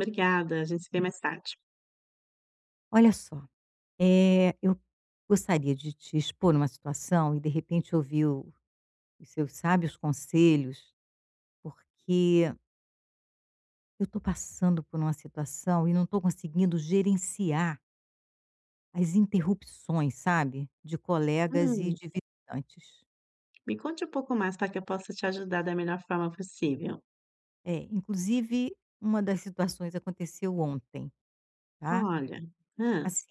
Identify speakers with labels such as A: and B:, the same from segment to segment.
A: Obrigada, a gente se vê mais tarde.
B: Olha só, eu gostaria de te expor uma situação e de repente ouvir o os seus sábios conselhos, porque eu estou passando por uma situação e não estou conseguindo gerenciar as interrupções, sabe, de colegas e
A: Hum,
B: de visitantes.
A: me conte um pouco mais para que eu possa te ajudar da melhor forma possível.
B: É, inclusive uma das situações aconteceu ontem, tá.
A: Olha, hã,
B: Assim,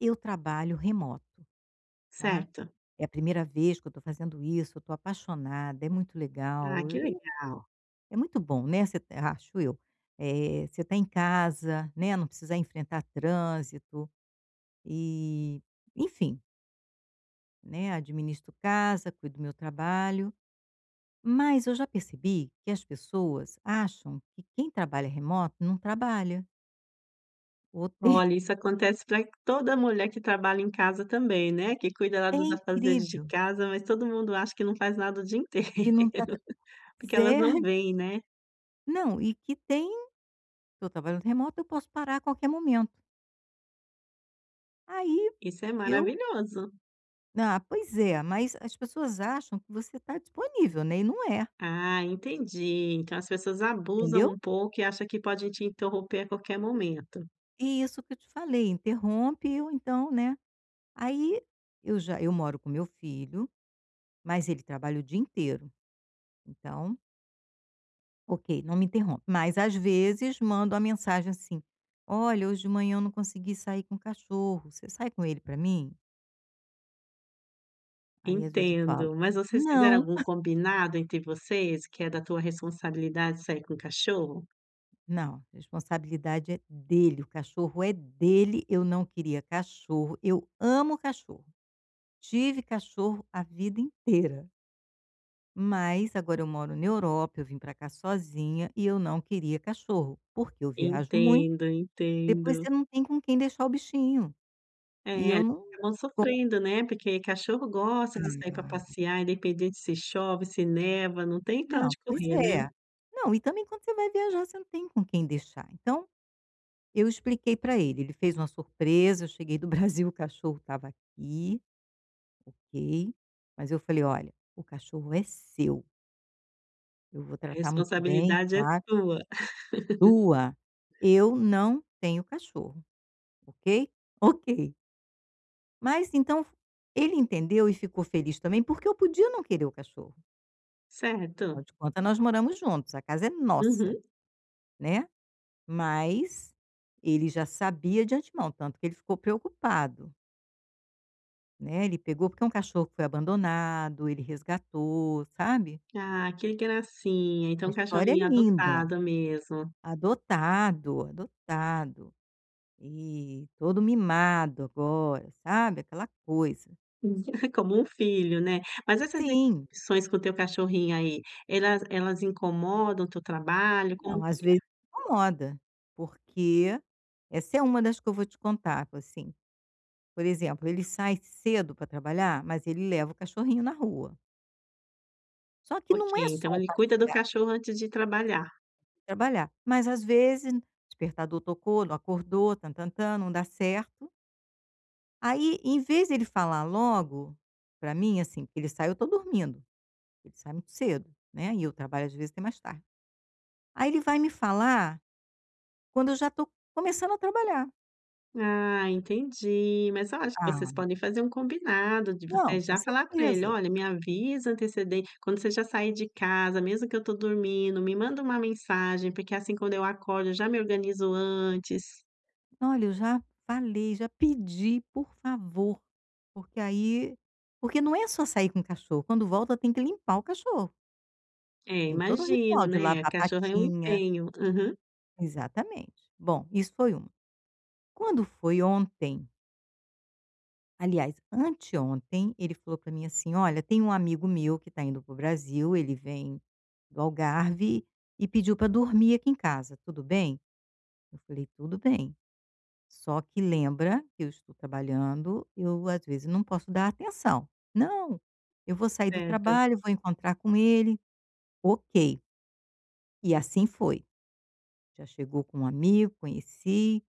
B: eu trabalho remoto, tá.
A: certo.
B: É a primeira vez que eu estou fazendo isso, eu estou apaixonada, é muito legal.
A: Ah, que legal.
B: É muito bom, né, você tá, acho eu, você tá em casa, né, não precisa enfrentar trânsito e, enfim, né, administro casa, cuido do meu trabalho, mas eu já percebi que as pessoas acham que quem trabalha remoto não trabalha ou tem
A: Olha, isso acontece para toda mulher que trabalha em casa também, né, que cuida lá
B: é
A: dos afazeres de
B: incrível
A: casa, mas todo mundo acha que não faz nada o dia inteiro,
B: que não tá
A: porque elas
B: ze
A: não veem, né.
B: não, e que tem tô trabalhando remoto, eu posso parar a qualquer momento. Aí
A: Isso é
B: eu
A: maravilhoso.
B: ah, pois é, mas as pessoas acham que você está disponível, né, e não é,
A: Ah, entendi. Então as pessoas abusam
B: entendeu?
A: um pouco e acham que pode te interromper a qualquer momento.
B: E isso que eu te falei, interrompe ou então, né, aí eu moro com meu filho, mas ele trabalha o dia inteiro, então, ok, não me interrompe. Mas às vezes mando uma mensagem assim: "Olha, hoje de manhã eu não consegui sair com o cachorro, você sai com ele para mim?". Aí às vezes eu falo:
A: Entendo, mas vocês fizeram
B: "Não,
A: algum combinado entre vocês, que é da tua responsabilidade sair com o cachorro?
B: não, a responsabilidade é dele, o cachorro é dele, eu não queria cachorro, eu amo cachorro, tive cachorro a vida inteira". Mas agora eu moro na Europa, eu vim para cá sozinha e eu não queria cachorro, porque eu viajo muito,
A: Entendo,
B: depois
A: entendo.
B: você não tem com quem deixar o bichinho.
A: É,
B: E
A: eles
B: eu não
A: acabam
B: go
A: sofrendo, né, porque cachorro gosta de sair
B: Ah,
A: para passear, independente se chove, se neva, não tem para
B: não,
A: onde
B: pois
A: correr, né.
B: é. Não, e também quando você vai viajar você não tem com quem deixar. Então, eu expliquei para ele, ele fez uma surpresa, eu cheguei do Brasil, o cachorro estava aqui, ok, mas eu falei: "Olha, o cachorro é seu, eu vou
A: A
B: tratar muito bem,
A: responsabilidade é
B: claro".
A: tua,
B: "Sua, eu não tenho cachorro". Ok? Ok. Mas então ele entendeu e ficou feliz também, porque eu podia não querer o cachorro. Afinal
A: certo?
B: de contas, nós moramos juntos, a casa é nossa,
A: Uhum.
B: né? Mas ele já sabia de antemão, tanto que ele ficou preocupado, né? Ele pegou porque é um cachorro que foi abandonado, ele resgatou, sabe?
A: Ah, que gracinha,
B: A
A: então
B: história é
A: cachorrinho
B: linda.
A: adotado mesmo.
B: Adotado, adotado. E todo mimado agora, sabe? Aquela coisa.
A: Como um filho, né. Mas essas
B: Sim.
A: interrupções com o teu cachorrinho aí, elas incomodam o teu trabalho? Como
B: Não, às
A: que
B: vezes
A: é?
B: incomoda, porque essa é uma das que eu vou te contar, assim, por exemplo, ele sai cedo para trabalhar, mas ele leva o cachorrinho na rua. Só que
A: Ok,
B: não é só
A: então
B: o
A: ele cuida do
B: passear
A: cachorro antes de trabalhar.
B: e trabalhar, mas às vezes o despertador tocou, não acordou, tã-tã-tã, não dá certo. Aí, em vez dele falar logo para mim, assim, porque ele sai, eu tô dormindo, ele sai muito cedo, né, e eu trabalho às vezes até mais tarde. Aí ele vai me falar quando eu já tô começando a trabalhar.
A: Ah, entendi. Mas eu acho que vocês
B: Ah,
A: podem fazer um combinado de você
B: não, com
A: já falar pra ele:
B: certeza.
A: "Olha, me avisa antecedente quando você já sair de casa, mesmo que eu tô dormindo, me manda uma mensagem, porque assim quando eu acordo eu já me organizo antes".
B: Olha, eu já falei, já pedi: "Por favor", porque aí porque não é só sair com o cachorro, quando volta tem que limpar o cachorro,
A: É,
B: tem todo o
A: imagino,
B: ritual de lavar
A: né,
B: a
A: cachorro é um
B: patinha,
A: empenho. Aham,
B: exatamente. Bom, isso foi uma. Quando foi ontem, aliás, anteontem, ele falou para mim assim: "Olha, tem um amigo meu que está indo para o Brasil, ele vem do Algarve e pediu para dormir aqui em casa, tudo bem?". Eu falei: "Tudo bem". Só que lembra que eu estou trabalhando, eu às vezes não posso dar atenção. Não, eu vou sair do
A: certo.
B: trabalho, vou encontrar com ele, ok. E assim foi. Já chegou com um amigo, conheci,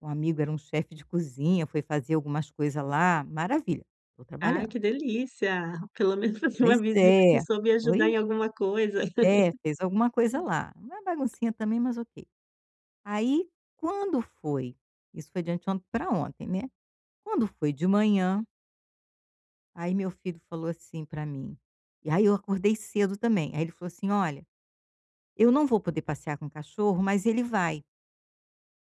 B: o amigo era um chefe de cozinha, foi fazer algumas coisas lá, maravilha, estou
A: Ah,
B: trabalhando.
A: que delícia! Pelo menos fazer uma
B: Pois
A: visita que
B: é,
A: soube ajudar
B: pois
A: em alguma coisa.
B: é, fez alguma coisa lá. Uma baguncinha também, mas ok. Aí, quando foi? Isso foi de anteontem para ontem, né? Quando foi de manhã, aí meu filho falou assim pra mim, e aí eu acordei cedo também, aí ele falou assim: "Olha, eu não vou poder passear com o cachorro, mas ele vai.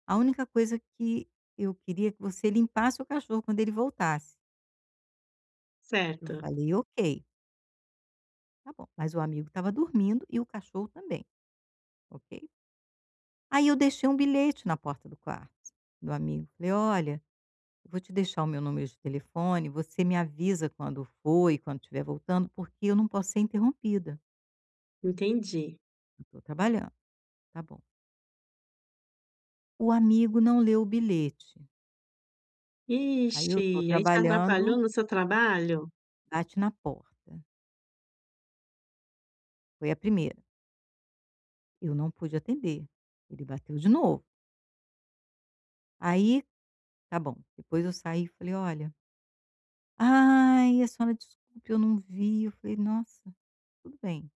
B: A única coisa que eu queria é que você limpasse o cachorro quando ele voltasse". Eu
A: Certo,
B: falei: "Ok, tá bom". Mas o amigo estava dormindo e o cachorro também, ok. Aí eu deixei um bilhete na porta do quarto do amigo, falei: "Olha, eu vou te deixar o meu número de telefone, você me avisa quando for e quando estiver voltando, porque eu não posso ser interrompida,
A: entendi.
B: eu estou trabalhando". "Tá bom". O amigo não leu o bilhete, aí eu
A: Ixi,
B: estou
A: aí te atrapalhou
B: trabalhando,
A: no seu trabalho?
B: bate na porta, foi a primeira, eu não pude atender, ele bateu de novo, aí tá bom, depois eu saí e falei: "Olha". "Ai, a senhora desculpe, eu não vi". Eu falei: "Nossa, tudo bem,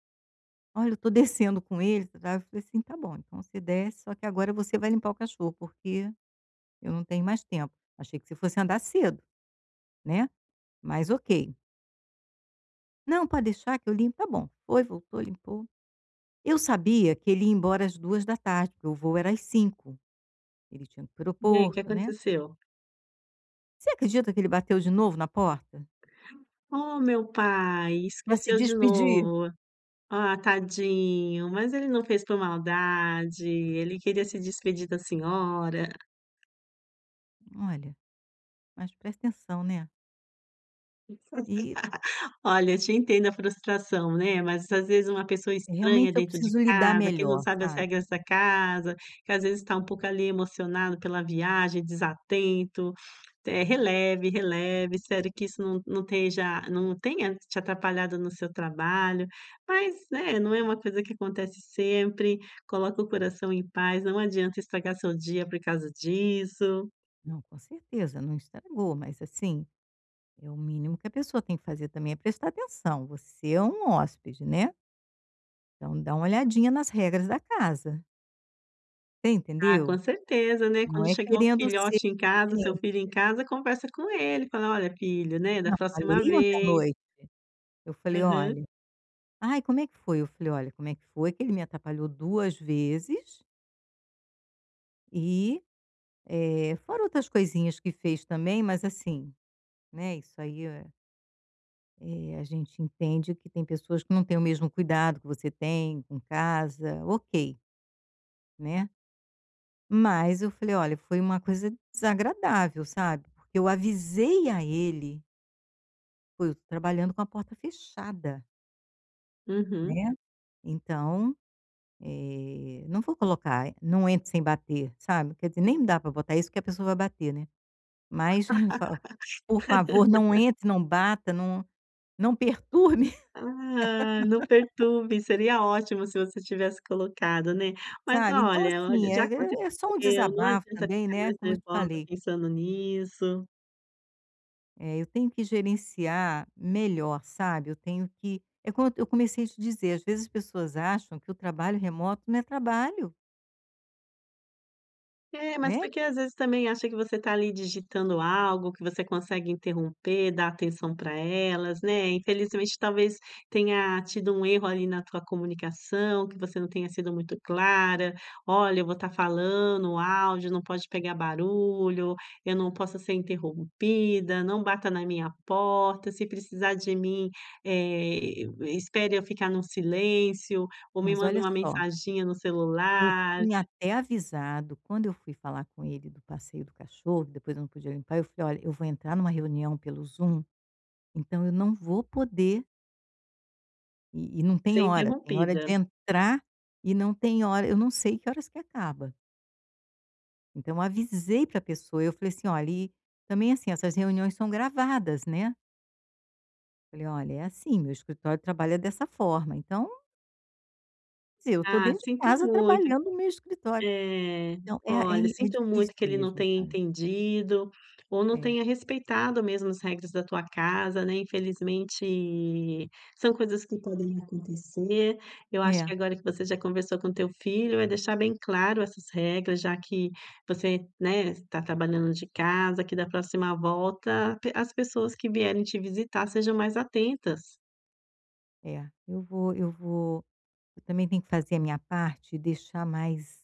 B: olha, eu estou descendo com ele". Tá, eu falei assim: "Tá bom, então você desce, só que agora você vai limpar o cachorro, porque eu não tenho mais tempo, achei que você fosse andar cedo, né, mas ok". "Não, pode deixar que eu limpo". "Tá bom". Foi, voltou, limpou. Eu sabia que ele ia embora às duas da tarde, porque o voo era às cinco. Ele tinha que ir para o
A: E aí, o que
B: aeroporto, né.
A: aconteceu?
B: Você acredita que ele bateu de novo na porta
A: "Oh, meu pai,
B: para se
A: esqueceu de
B: despedir?
A: novo. Ah, tadinho, mas ele não fez por maldade, ele queria se despedir da senhora".
B: Olha, mas presta atenção, né. E
A: Olha, eu te entendo a frustração, né, mas às vezes uma pessoa estranha
B: realmente eu
A: dentro de
B: preciso lidar
A: casa, que não
B: melhor,
A: sabe as
B: sabe.
A: regras da casa, que às vezes está um pouco ali emocionado pela viagem, desatento, releve, releve, espero que isso não esteja não tenha te atrapalhado no seu trabalho, mas, né, não é uma coisa que acontece sempre, coloca o coração em paz, não adianta estragar seu dia por causa disso.
B: Não, com certeza, não estragou, mas assim, é o mínimo que a pessoa tem que fazer também é prestar atenção, você é um hóspede, né. Então dá uma olhadinha nas regras da casa, você
A: Ah, com
B: entendeu?
A: certeza, né,
B: Não
A: quando
B: é
A: chegar o
B: querendo ser
A: filhote em casa, o seu
B: exigente.
A: filho em casa, conversa com ele, fala: "Olha filho, né, da
B: Não,
A: próxima
B: falei ontem à
A: vez".
B: noite, eu falei:
A: Aham,
B: "Olha". Ai, como é que foi? Eu falei: "Olha, como é que foi que ele me atrapalhou 2 vezes e, fora outras coisinhas que fez também, mas assim, né, isso aí, a gente entende que tem pessoas que não têm o mesmo cuidado que você tem com casa, ok, né". Mas eu falei: "Olha, foi uma coisa desagradável, sabe, porque eu avisei a ele, foi, eu tô trabalhando com a porta fechada,
A: uhum.
B: né, então, não vou colocar 'não entre sem bater', sabe, quer dizer, nem dá para botar isso, porque a pessoa vai bater, né, mas fa 'Por favor, não entre, não bata, não perturbe',
A: Ah, não perturbe, seria ótimo se você tivesse colocado, né. Mas
B: sabe". Então,
A: olha,
B: assim,
A: já
B: é só um
A: aconteceu, não
B: desabafo
A: adianta
B: também,
A: ficar
B: né,
A: mais
B: como eu te
A: nervosa
B: falei,
A: pensando nisso.
B: eu tenho que gerenciar melhor, sabe, eu tenho que é como eu comecei a te dizer, às vezes as pessoas acham que o trabalho remoto não é trabalho,
A: É, mas
B: né,
A: porque às vezes também acha que você está ali digitando algo, que você consegue interromper, dar atenção para elas, né. Infelizmente, talvez tenha tido um erro ali na tua comunicação, que você não tenha sido muito clara. "Olha, eu vou estar falando, o áudio não pode pegar barulho, eu não posso ser interrompida, não bata na minha porta, se precisar de mim, espere eu ficar num silêncio, ou me
B: mas
A: manda
B: olha
A: uma
B: só.
A: mensaginha no
B: Eu
A: celular",
B: tinha até avisado, quando eu fui falar com ele do passeio do cachorro, que depois eu não podia limpar, eu falei: "Olha, eu vou entrar numa reunião pelo Zoom, então eu não vou poder, e não tem
A: ser
B: hora, tem hora de
A: interrompida.
B: entrar e não tem hora, eu não sei que horas que acaba". Então eu avisei para a pessoa, eu falei assim: "Olha, e também, assim, essas reuniões são gravadas, né". Falei: "Olha, é assim, meu escritório trabalha dessa forma, então, quer dizer, eu estou
A: Ah,
B: dentro de
A: sinto
B: casa
A: muito.
B: trabalhando no meu escritório".
A: É,
B: Então é é
A: olha,
B: é
A: sinto muito
B: difícil
A: que ele não
B: mesmo,
A: tenha
B: sabe.
A: entendido ou não
B: É,
A: tenha respeitado mesmo as regras da tua casa, né. Infelizmente, são coisas que podem acontecer. Eu acho
B: é.
A: que agora que você já conversou com teu filho, vai deixar bem claro essas regras, já que você, né, está trabalhando de casa, que da próxima volta pe as pessoas que vierem te visitar sejam mais atentas.
B: É, eu também tenho que fazer a minha parte e deixar mais,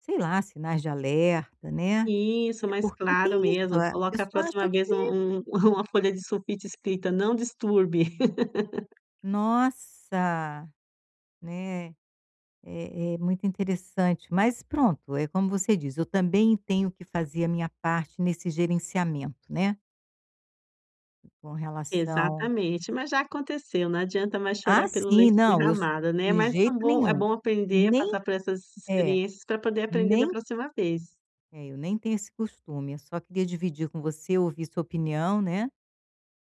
B: sei lá, sinais de alerta, né.
A: Isso,
B: É
A: mais
B: porque tem
A: claro
B: isso,
A: mesmo.
B: a
A: Coloca a
B: pessoa
A: próxima
B: acha
A: vez
B: que:
A: um uma folha de sulfite escrita: "Não disturbe".
B: "Nossa", né, é muito interessante, mas pronto, é como você diz, eu também tenho que fazer a minha parte nesse gerenciamento, né, com relação.
A: Exatamente, mas já aconteceu, não adianta mais chorar
B: Ah,
A: pelo
B: sim,
A: leite
B: não, eu s
A: derramado, né,
B: de
A: mas são
B: jeito
A: bom é
B: nenhum.
A: bom aprender,
B: Nem
A: passar por essas
B: é,
A: experiências para poder aprender da
B: nem
A: próxima vez.
B: eu nem tenho esse costume, eu só queria dividir com você, ouvir sua opinião, né.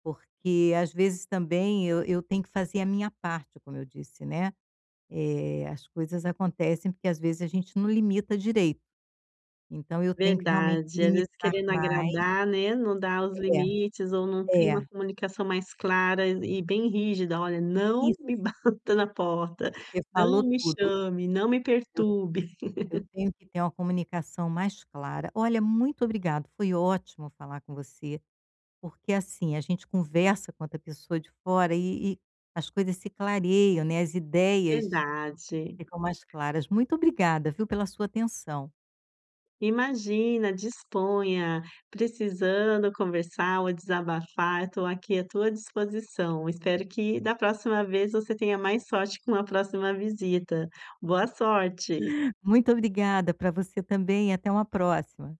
B: Porque às vezes também eu tenho que fazer a minha parte, como eu disse, né. As coisas acontecem porque às vezes a gente não limita direito, então eu tenho que realmente
A: Verdade, às vezes
B: limitar
A: querendo
B: mais.
A: agradar, né, não dá os limites ou não
B: É,
A: tem uma
B: é,
A: comunicação mais clara e bem rígida: "Olha, não me
B: isso,
A: bata na porta,
B: você falou
A: não me
B: tudo.
A: chame, não me
B: Eu
A: perturbe".
B: eu tenho que ter uma comunicação mais clara. Olha, muito obrigado, foi ótimo falar com você, porque assim, a gente conversa com outra pessoa de fora e as coisas se clareiam, né, as ideias
A: Verdade.
B: ficam mais claras. Muito obrigada, viu, pela sua atenção.
A: Imagina, disponha. Precisando conversar ou desabafar, estou aqui à tua disposição. Espero que da próxima vez você tenha mais sorte com a próxima visita. Boa sorte.
B: Muito obrigada para você também, até uma próxima.